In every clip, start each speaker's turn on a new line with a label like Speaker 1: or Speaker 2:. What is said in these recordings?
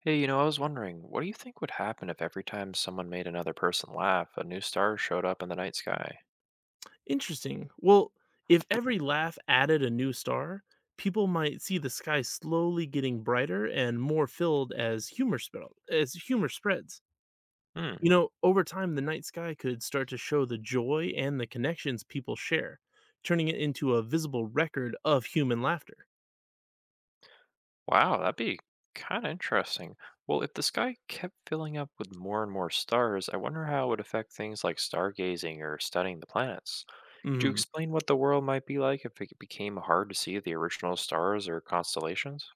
Speaker 1: Hey, you know, I was wondering, what do you think would happen if every time someone made another person laugh, a new star showed up in the night sky?
Speaker 2: Interesting. Well, if every laugh added a new star, people might see the sky slowly getting brighter and more filled as humor spread, as humor spreads.
Speaker 1: Hmm,
Speaker 2: You know, over time the night sky could start to show the joy and the connections people share, turning it into a visible record of human laughter.
Speaker 1: wow, that'd be kind of interesting. Well, if the sky kept filling up with more and more stars, I wonder how it would affect things like stargazing or studying the planets. Could you
Speaker 2: Hmm.
Speaker 1: explain what the world might be like if it became hard to see the original stars or constellations?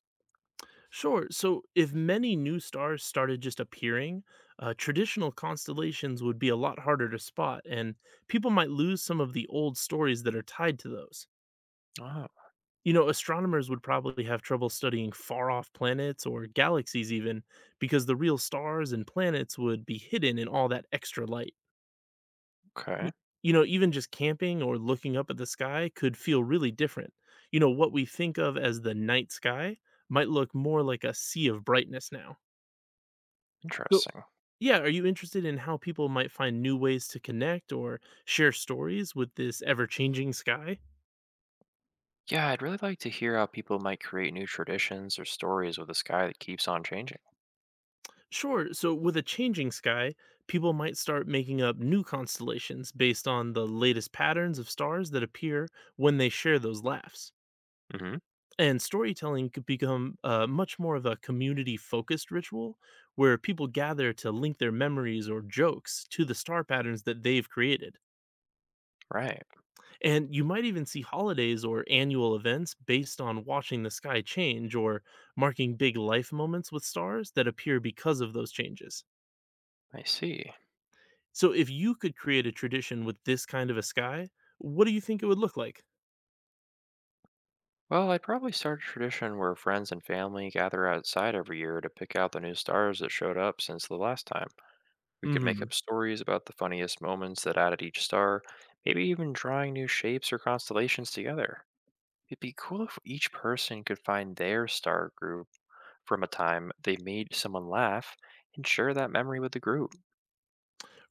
Speaker 2: Sure. So, if many new stars started just appearing, traditional constellations would be a lot harder to spot, and people might lose some of the old stories that are tied to those.
Speaker 1: Oh,
Speaker 2: You know, astronomers would probably have trouble studying far off planets or galaxies, even because the real stars and planets would be hidden in all that extra light.
Speaker 1: okay.
Speaker 2: Y- You know, even just camping or looking up at the sky could feel really different. You know, what we think of as the night sky might look more like a sea of brightness now. So,
Speaker 1: Interesting.
Speaker 2: yeah, are you interested in how people might find new ways to connect or share stories with this ever changing sky?
Speaker 1: Yeah, I'd really like to hear how people might create new traditions or stories with a sky that keeps on changing.
Speaker 2: Sure. So, with a changing sky, people might start making up new constellations based on the latest patterns of stars that appear when they share those laughs.
Speaker 1: Hmm.
Speaker 2: And storytelling could become much more of a community focused ritual where people gather to link their memories or jokes to the star patterns that they've created.
Speaker 1: Right.
Speaker 2: And you might even see holidays or annual events based on watching the sky change or marking big life moments with stars that appear because of those changes.
Speaker 1: I see.
Speaker 2: So if you could create a tradition with this kind of a sky, what do you think it would look like?
Speaker 1: Well, I'd probably start a tradition where friends and family gather outside every year to pick out the new stars that showed up since the last time. We could make
Speaker 2: Hmm.
Speaker 1: up stories about the funniest moments that added each star, maybe even drawing new shapes or constellations together. It'd be cool if each person could find their star group from a time they made someone laugh and share that memory with the group.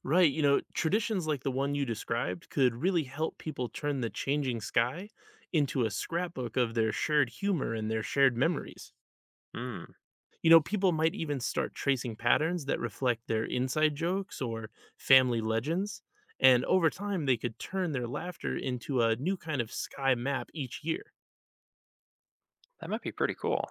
Speaker 2: Right, you know, traditions like the one you described could really help people turn the changing sky into a scrapbook of their shared humor and their shared memories.
Speaker 1: Hmm.
Speaker 2: You know, people might even start tracing patterns that reflect their inside jokes or family legends, and over time they could turn their laughter into a new kind of sky map each year.
Speaker 1: That might be pretty cool.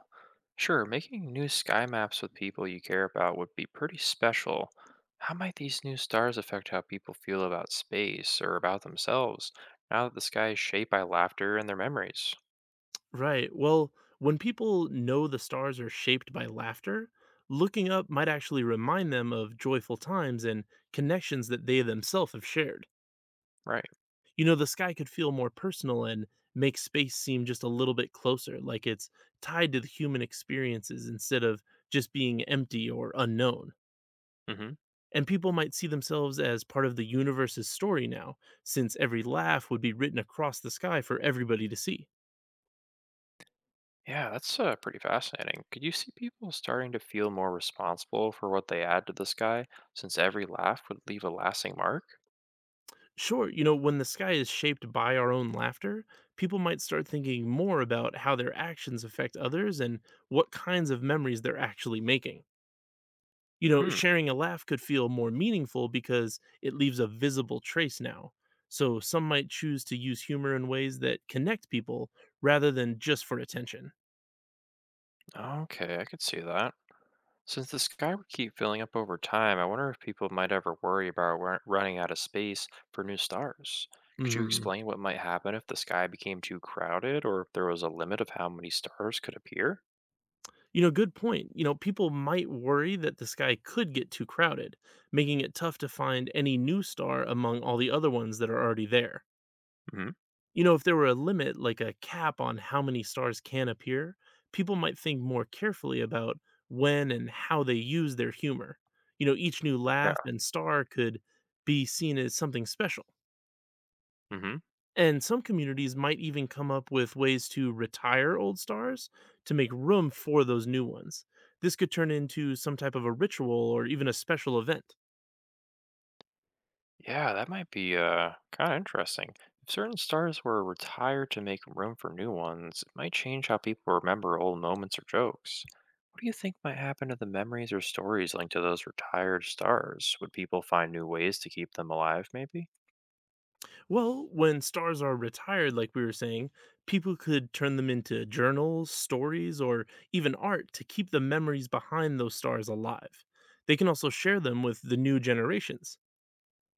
Speaker 1: Sure, making new sky maps with people you care about would be pretty special. How might these new stars affect how people feel about space or about themselves now that the sky is shaped by laughter and their memories?
Speaker 2: Right. Well, when people know the stars are shaped by laughter, looking up might actually remind them of joyful times and connections that they themselves have shared.
Speaker 1: Right.
Speaker 2: You know, the sky could feel more personal and make space seem just a little bit closer, like it's tied to the human experiences instead of just being empty or unknown.
Speaker 1: Mhm.
Speaker 2: And people might see themselves as part of the universe's story now, since every laugh would be written across the sky for everybody to see.
Speaker 1: Yeah, that's pretty fascinating. Could you see people starting to feel more responsible for what they add to the sky since every laugh would leave a lasting mark?
Speaker 2: Sure, you know, when the sky is shaped by our own laughter, people might start thinking more about how their actions affect others and what kinds of memories they're actually making. You know,
Speaker 1: Hmm.
Speaker 2: sharing a laugh could feel more meaningful because it leaves a visible trace now. So some might choose to use humor in ways that connect people rather than just for attention.
Speaker 1: Okay, I could see that. Since the sky would keep filling up over time, I wonder if people might ever worry about running out of space for new stars. Could you
Speaker 2: Hmm.
Speaker 1: explain what might happen if the sky became too crowded or if there was a limit of how many stars could appear?
Speaker 2: You know, good point. You know, people might worry that the sky could get too crowded, making it tough to find any new star among all the other ones that are already there.
Speaker 1: Hmm.
Speaker 2: You know, if there were a limit, like a cap on how many stars can appear, people might think more carefully about when and how they use their humor. You know, each new
Speaker 1: Yeah.
Speaker 2: laugh and star could be seen as something special.
Speaker 1: Hmm.
Speaker 2: And some communities might even come up with ways to retire old stars to make room for those new ones. This could turn into some type of a ritual or even a special event.
Speaker 1: Yeah, that might be kind of interesting. If certain stars were retired to make room for new ones, it might change how people remember old moments or jokes. What do you think might happen to the memories or stories linked to those retired stars? Would people find new ways to keep them alive, maybe?
Speaker 2: Well, when stars are retired, like we were saying, people could turn them into journals, stories, or even art to keep the memories behind those stars alive. They can also share them with the new generations.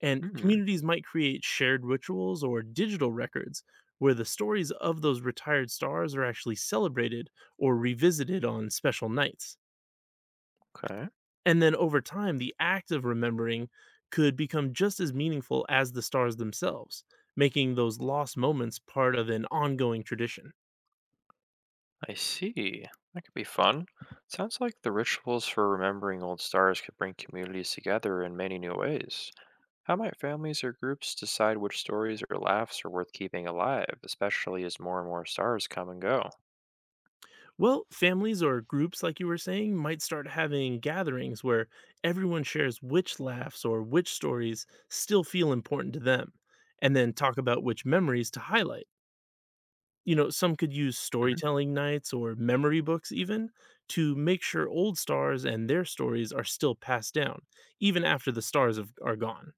Speaker 2: And
Speaker 1: Hmm.
Speaker 2: communities might create shared rituals or digital records where the stories of those retired stars are actually celebrated or revisited on special nights.
Speaker 1: Okay.
Speaker 2: And then over time, the act of remembering could become just as meaningful as the stars themselves, making those lost moments part of an ongoing tradition.
Speaker 1: I see. That could be fun. Sounds like the rituals for remembering old stars could bring communities together in many new ways. How might families or groups decide which stories or laughs are worth keeping alive, especially as more and more stars come and go?
Speaker 2: Well, families or groups, like you were saying, might start having gatherings where everyone shares which laughs or which stories still feel important to them, and then talk about which memories to highlight. You know, some could use
Speaker 1: Hmm.
Speaker 2: storytelling nights or memory books even to make sure old stars and their stories are still passed down, even after the stars have, are gone.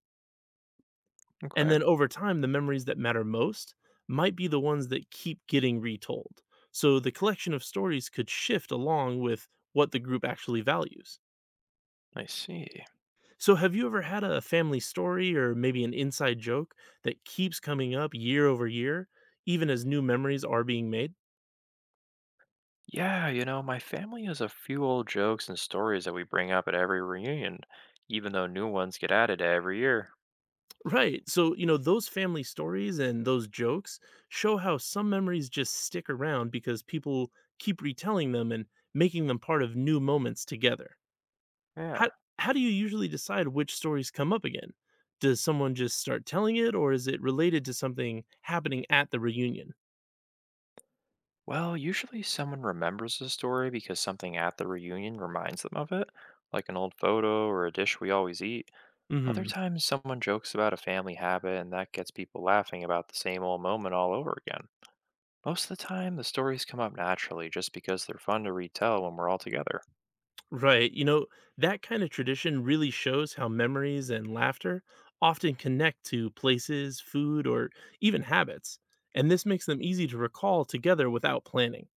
Speaker 2: And
Speaker 1: Okay,
Speaker 2: then over time, the memories that matter most might be the ones that keep getting retold. So the collection of stories could shift along with what the group actually values.
Speaker 1: I see.
Speaker 2: So, have you ever had a family story or maybe an inside joke that keeps coming up year over year, even as new memories are being made?
Speaker 1: Yeah, you know, my family has a few old jokes and stories that we bring up at every reunion, even though new ones get added every year.
Speaker 2: Right. So, you know, those family stories and those jokes show how some memories just stick around because people keep retelling them and making them part of new moments together. How
Speaker 1: Yeah.
Speaker 2: how do you usually decide which stories come up again? Does someone just start telling it or is it related to something happening at the reunion?
Speaker 1: Well, usually someone remembers the story because something at the reunion reminds them of it, like an old photo or a dish we always eat. Other
Speaker 2: Mhm.
Speaker 1: times, someone jokes about a family habit, and that gets people laughing about the same old moment all over again. Most of the time, the stories come up naturally just because they're fun to retell when we're all together.
Speaker 2: Right. You know, that kind of tradition really shows how memories and laughter often connect to places, food, or even habits. And this makes them easy to recall together without planning.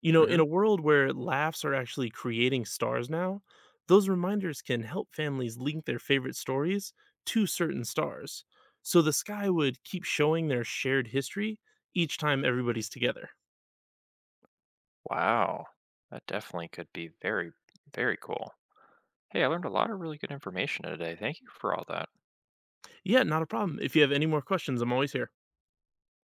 Speaker 2: You know, in
Speaker 1: Hmm.
Speaker 2: a world where laughs are actually creating stars now, those reminders can help families link their favorite stories to certain stars. So the sky would keep showing their shared history each time everybody's together.
Speaker 1: Wow, that definitely could be very, very cool. Hey, I learned a lot of really good information today. Thank you for all that.
Speaker 2: Yeah, not a problem. If you have any more questions, I'm always here.